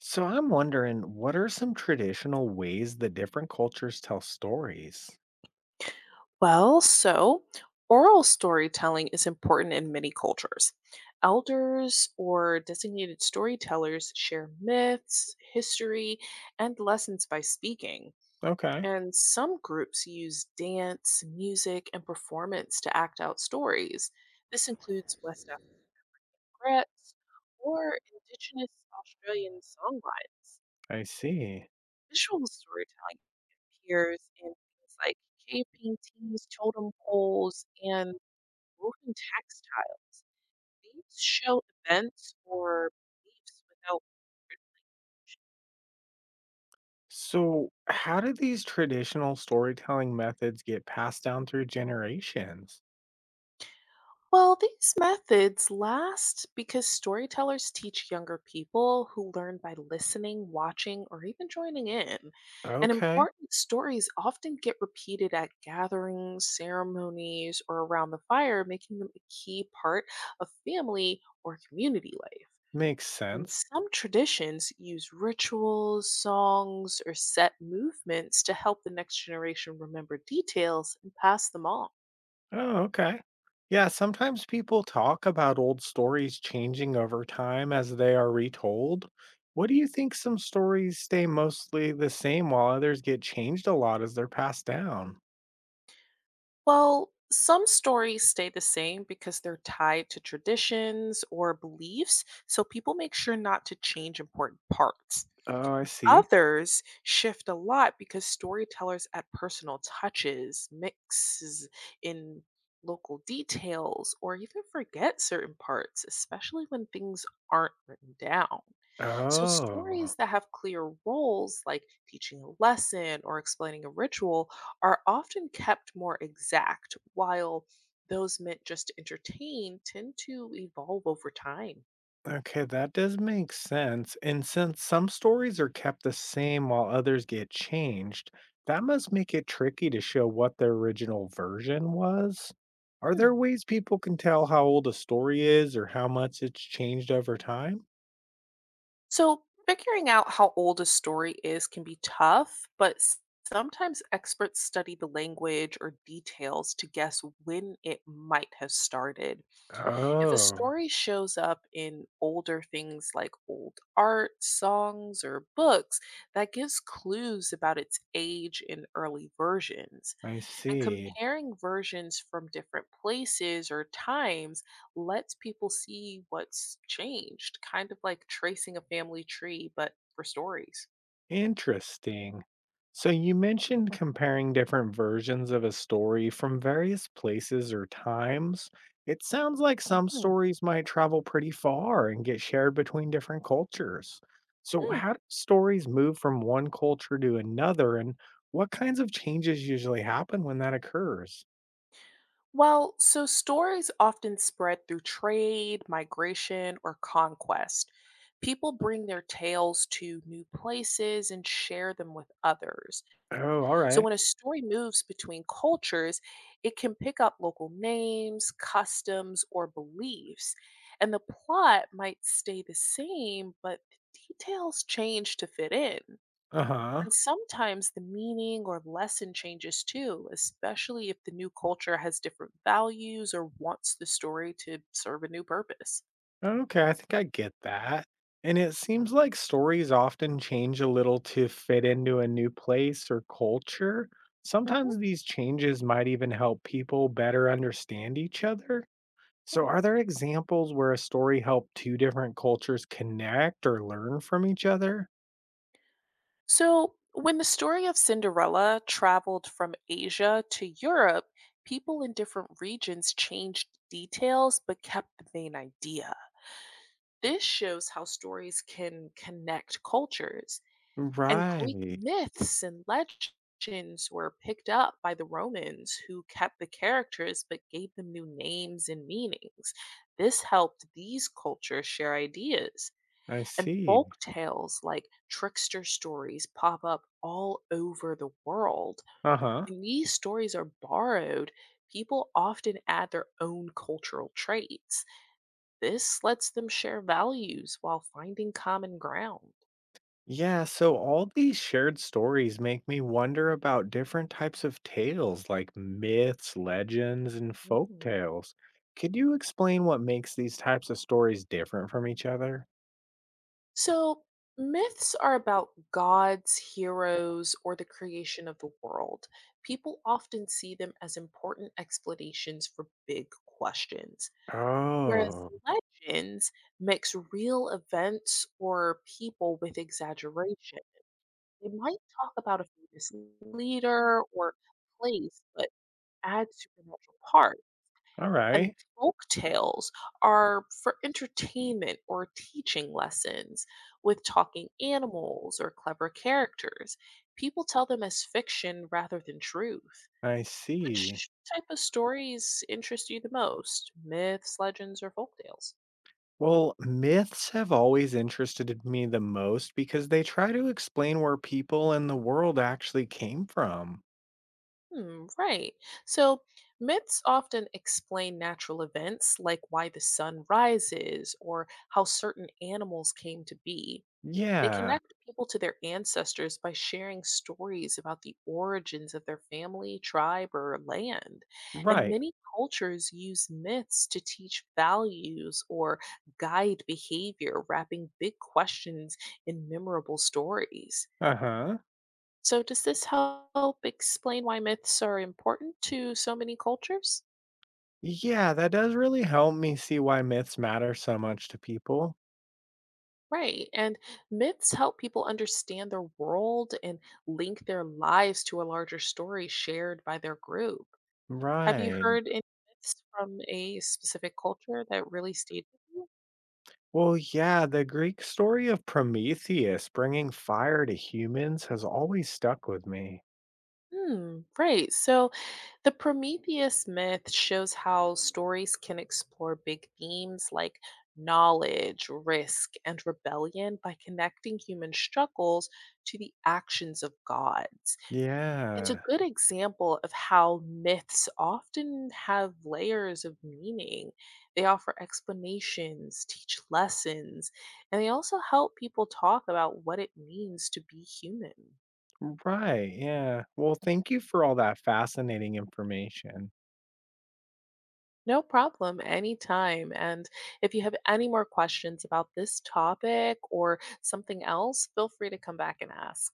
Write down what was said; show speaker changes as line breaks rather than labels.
So I'm wondering, what are some traditional ways that different cultures tell stories?
Well, so oral storytelling is important in many cultures. Elders or designated storytellers share myths, history, and lessons by speaking.
Okay,
And some groups use dance, music, and performance to act out stories. This includes West African grits or Indigenous Australian songlines.
I see.
Visual storytelling appears in things like cave paintings, totem poles, and Woven textiles. These show events or beliefs without.
So, how do these traditional storytelling methods get passed down through generations?
Well, these methods last because storytellers teach younger people who learn by listening, watching, or even joining in. And
Okay,
important stories often get repeated at gatherings, ceremonies, or around the fire, making them a key part of family or community life.
makes
And
sense.
some traditions use rituals, songs, or set movements to help the next generation remember details and pass them on.
Oh, okay. Yeah, sometimes people talk about old stories changing over time as they are retold. What do you think some stories stay mostly the same while others get changed a lot as they're passed down?
Well, some stories stay the same because they're tied to traditions or beliefs, so people make sure not to change important parts.
Oh, I see.
Others shift a lot because storytellers add personal touches, mixes in local details, or even forget certain parts, especially when things aren't written down. So,
Oh,
stories that have clear roles, like teaching a lesson or explaining a ritual, are often kept more exact, while those meant just to entertain tend to evolve over time.
okay, that does make sense. And since some stories are kept the same while others get changed, that must make it tricky to show what the original version was. Are
Hmm.
there ways people can tell how old a story is or how much it's changed over time?
So, figuring out how old a story is can be tough, but sometimes experts study the language or details to guess when it might have started. If a
Oh,
story shows up in older things like old art, songs, or books, that gives clues about its age in early versions.
I
And
see.
comparing versions from different places or times lets people see what's changed, kind of like tracing a family tree, but for stories.
Interesting. So you mentioned comparing different versions of a story from various places or times. It sounds like some
Mm,
stories might travel pretty far and get shared between different cultures. So
mm.
how do stories move from one culture to another and what kinds of changes usually happen when that occurs?
Well, so stories often spread through trade, migration, or conquest. People bring their tales to new places and share them with others.
Oh, all
So
right.
when a story moves between cultures, it can pick up local names, customs, or beliefs. And the plot might stay the same, but the details change to fit in.
Uh-huh.
And sometimes the meaning or lesson changes too, especially if the new culture has different values or wants the story to serve a new purpose.
Okay, I think I get that. And it seems like stories often change a little to fit into a new place or culture.
Mhm.
Sometimes these changes might even help people better understand each other. So,
Okay.
are there examples where a story helped two different cultures connect or learn from each other?
So, when the story of Cinderella traveled from Asia to Europe, people in different regions changed details but kept the main idea. This shows how stories can connect cultures. And Greek
Right.
myths and legends were picked up by the Romans, who kept the characters but gave them new names and meanings. This helped these cultures share ideas.
I
And
see.
folk tales like trickster stories pop up all over the world.
Uh huh.
When these stories are borrowed, people often add their own cultural traits. This lets them share values while finding common ground.
Yeah, so all these shared stories make me wonder about different types of tales like myths, legends, and folk
Mhm.
tales. Could you explain what makes these types of stories different from each other?
So, myths are about gods, heroes, or the creation of the world. People often see them as important explanations for big questions. Whereas
Oh,
legends mix real events or people with exaggeration. They might talk about a famous leader or place, but add supernatural part.
all
And
right.
folk tales are for entertainment or teaching lessons with talking animals or clever characters. People tell them as fiction rather than truth.
I see.
Which type of stories interest you the most? Myths, legends, or folk tales?
Well, myths have always interested me the most because they try to explain where people and the world actually came from.
Hmm, right. So myths often explain natural events like why the sun rises or how certain animals came to be. They
Yeah,
connect people to their ancestors by sharing stories about the origins of their family, tribe, or land. And
right.
many cultures use myths to teach values or guide behavior, wrapping big questions in memorable stories.
Uh huh.
So, does this help explain why myths are important to so many cultures?
Yeah, that does really help me see why myths matter so much to people.
Right. And myths help people understand their world and link their lives to a larger story shared by their group. Have you
Right.
heard any myths from a specific culture that really stayed with you?
Well, yeah, the Greek story of Prometheus bringing fire to humans has always stuck with me.
Hmm, right. So, the Prometheus myth shows how stories can explore big themes like knowledge, risk, and rebellion by connecting human struggles to the actions of gods. It's a
Yeah.
good example of how myths often have layers of meaning. They offer explanations, teach lessons, and they also help people talk about what it means to be human.
Right. Yeah. Well, thank you for all that fascinating information.
No problem, anytime. And if you have any more questions about this topic or something else, feel free to come back and ask.